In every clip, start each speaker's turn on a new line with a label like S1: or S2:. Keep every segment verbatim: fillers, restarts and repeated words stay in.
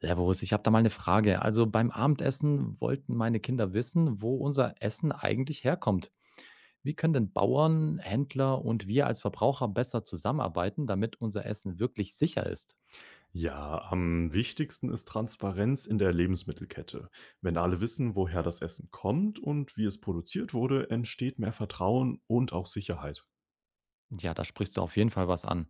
S1: Servus, ich habe da mal eine Frage. Also beim Abendessen wollten meine Kinder wissen, wo unser Essen eigentlich herkommt. Wie können denn Bauern, Händler und wir als Verbraucher besser zusammenarbeiten, damit unser Essen wirklich sicher ist?
S2: Ja, am wichtigsten ist Transparenz in der Lebensmittelkette. Wenn alle wissen, woher das Essen kommt und wie es produziert wurde, entsteht mehr Vertrauen und auch Sicherheit.
S1: Ja, da sprichst du auf jeden Fall was an.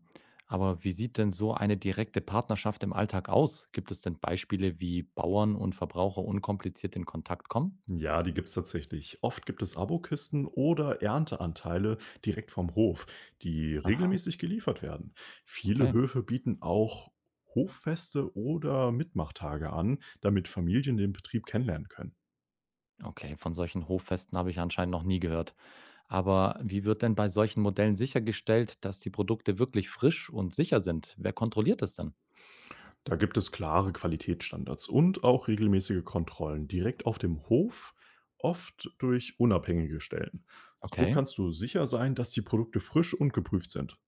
S1: Aber wie sieht denn so eine direkte Partnerschaft im Alltag aus? Gibt es denn Beispiele, wie Bauern und Verbraucher unkompliziert in Kontakt kommen?
S2: Ja, die gibt's tatsächlich. Oft gibt es Abokisten oder Ernteanteile direkt vom Hof, die
S1: Ah,
S2: regelmäßig geliefert werden. Viele
S1: okay.
S2: Höfe bieten auch Hoffeste oder Mitmachtage an, damit Familien den Betrieb kennenlernen können.
S1: Okay, von solchen Hoffesten habe ich anscheinend noch nie gehört. Aber wie wird denn bei solchen Modellen sichergestellt, dass die Produkte wirklich frisch und sicher sind? Wer kontrolliert das denn?
S2: Da gibt es klare Qualitätsstandards und auch regelmäßige Kontrollen direkt auf dem Hof, oft durch unabhängige Stellen. So
S1: Okay.
S2: kannst du sicher sein, dass die Produkte frisch und geprüft sind.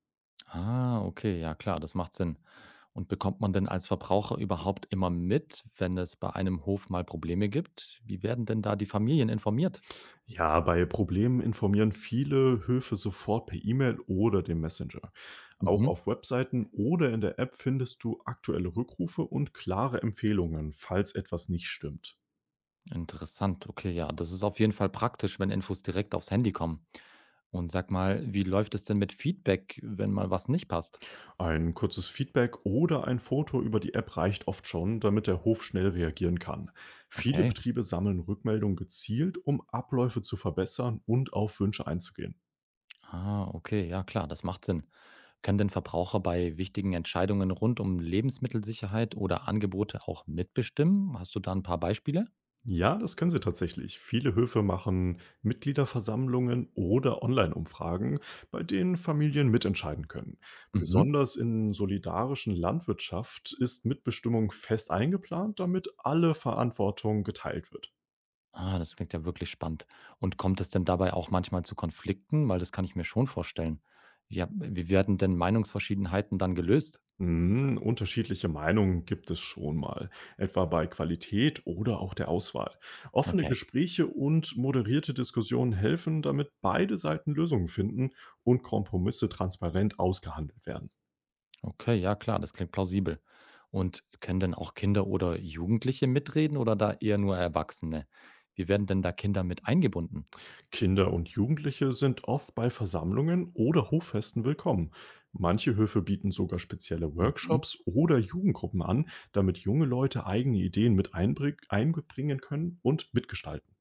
S1: Ah, okay, ja klar, das macht Sinn. Und bekommt man denn als Verbraucher überhaupt immer mit, wenn es bei einem Hof mal Probleme gibt? Wie werden denn da die Familien informiert?
S2: Ja, bei Problemen informieren viele Höfe sofort per E-Mail oder dem Messenger. Auch
S1: Mhm.
S2: auf Webseiten oder in der App findest du aktuelle Rückrufe und klare Empfehlungen, falls etwas nicht stimmt.
S1: Interessant, okay, ja, das ist auf jeden Fall praktisch, wenn Infos direkt aufs Handy kommen. Und sag mal, wie läuft es denn mit Feedback, wenn mal was nicht passt?
S2: Ein kurzes Feedback oder ein Foto über die App reicht oft schon, damit der Hof schnell reagieren kann. Viele
S1: Okay.
S2: Betriebe sammeln Rückmeldungen gezielt, um Abläufe zu verbessern und auf Wünsche einzugehen.
S1: Ah, okay, ja klar, das macht Sinn. Können denn Verbraucher bei wichtigen Entscheidungen rund um Lebensmittelsicherheit oder Angebote auch mitbestimmen? Hast du da ein paar Beispiele?
S2: Ja, das können sie tatsächlich. Viele Höfe machen Mitgliederversammlungen oder Online-Umfragen, bei denen Familien mitentscheiden können.
S1: Mhm.
S2: Besonders in solidarischen Landwirtschaft ist Mitbestimmung fest eingeplant, damit alle Verantwortung geteilt wird.
S1: Ah, das klingt ja wirklich spannend. Und kommt es denn dabei auch manchmal zu Konflikten? Weil das kann ich mir schon vorstellen. Ja, wie werden denn Meinungsverschiedenheiten dann gelöst?
S2: Hm, unterschiedliche Meinungen gibt es schon mal, etwa bei Qualität oder auch der Auswahl. Offene
S1: Okay.
S2: Gespräche und moderierte Diskussionen helfen, damit beide Seiten Lösungen finden und Kompromisse transparent ausgehandelt werden.
S1: Okay, ja klar, das klingt plausibel. Und können denn auch Kinder oder Jugendliche mitreden oder da eher nur Erwachsene? Wie werden denn da Kinder mit eingebunden?
S2: Kinder und Jugendliche sind oft bei Versammlungen oder Hoffesten willkommen. Manche Höfe bieten sogar spezielle
S1: Mhm.
S2: Workshops oder Jugendgruppen an, damit junge Leute eigene Ideen mit einbring- einbringen können und mitgestalten.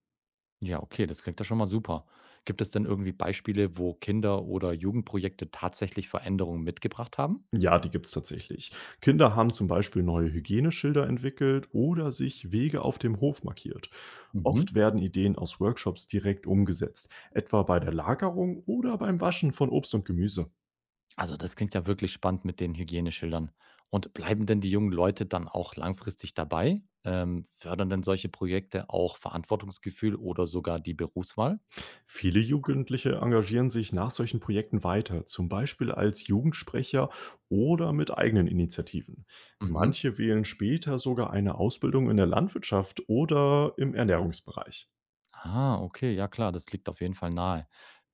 S1: Ja, okay, das klingt ja schon mal super. Gibt es denn irgendwie Beispiele, wo Kinder oder Jugendprojekte tatsächlich Veränderungen mitgebracht haben?
S2: Ja, die gibt's tatsächlich. Kinder haben zum Beispiel neue Hygieneschilder entwickelt oder sich Wege auf dem Hof markiert.
S1: Mhm.
S2: Oft werden Ideen aus Workshops direkt umgesetzt, etwa bei der Lagerung oder beim Waschen von Obst und Gemüse.
S1: Also das klingt ja wirklich spannend mit den Hygieneschildern. Und bleiben denn die jungen Leute dann auch langfristig dabei? Ähm, fördern denn solche Projekte auch Verantwortungsgefühl oder sogar die Berufswahl?
S2: Viele Jugendliche engagieren sich nach solchen Projekten weiter, zum Beispiel als Jugendsprecher oder mit eigenen Initiativen.
S1: Mhm.
S2: Manche wählen später sogar eine Ausbildung in der Landwirtschaft oder im Ernährungsbereich.
S1: Ah, okay, ja klar, das liegt auf jeden Fall nahe.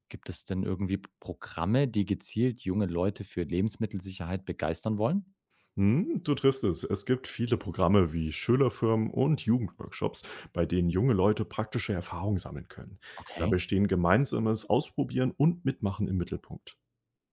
S1: Gibt es denn irgendwie Programme, die gezielt junge Leute für Lebensmittelsicherheit begeistern wollen?
S2: Hm, du triffst es. Es gibt viele Programme wie Schülerfirmen und Jugendworkshops, bei denen junge Leute praktische Erfahrungen sammeln können. Dabei
S1: Okay.
S2: stehen gemeinsames Ausprobieren und Mitmachen im Mittelpunkt.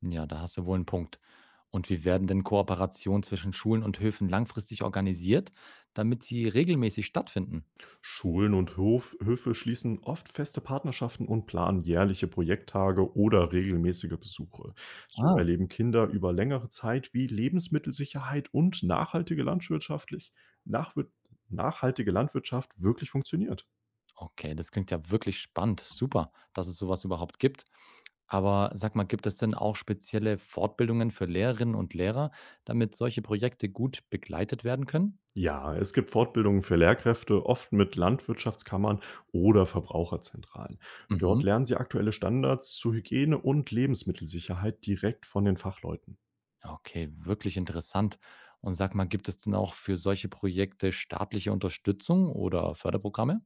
S1: Ja, da hast du wohl einen Punkt. Und wie werden denn Kooperationen zwischen Schulen und Höfen langfristig organisiert, damit sie regelmäßig stattfinden?
S2: Schulen und Hof Höfe schließen oft feste Partnerschaften und planen jährliche Projekttage oder regelmäßige Besuche. So
S1: Ah,
S2: erleben Kinder über längere Zeit, wie Lebensmittelsicherheit und nachhaltige Landwirtschaftlich, nachwir- nachhaltige Landwirtschaft wirklich funktioniert.
S1: okay, das klingt ja wirklich spannend. Super, dass es sowas überhaupt gibt. Aber sag mal, gibt es denn auch spezielle Fortbildungen für Lehrerinnen und Lehrer, damit solche Projekte gut begleitet werden können?
S2: Ja, es gibt Fortbildungen für Lehrkräfte, oft mit Landwirtschaftskammern oder Verbraucherzentralen.
S1: Mhm.
S2: Dort lernen sie aktuelle Standards zu Hygiene und Lebensmittelsicherheit direkt von den Fachleuten.
S1: Okay, wirklich interessant. Und sag mal, gibt es denn auch für solche Projekte staatliche Unterstützung oder Förderprogramme?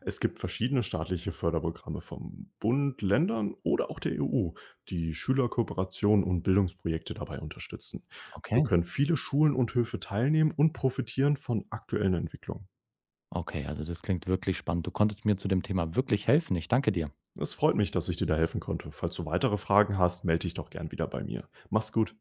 S2: Es gibt verschiedene staatliche Förderprogramme vom Bund, Ländern oder auch der E U, die Schülerkooperationen und Bildungsprojekte dabei unterstützen. So
S1: Okay.
S2: können viele Schulen und Höfe teilnehmen und profitieren von aktuellen Entwicklungen.
S1: Okay, also das klingt wirklich spannend. Du konntest mir zu dem Thema wirklich helfen. Ich danke dir.
S2: Es freut mich, dass ich dir da helfen konnte. Falls du weitere Fragen hast, melde dich doch gern wieder bei mir. Mach's gut.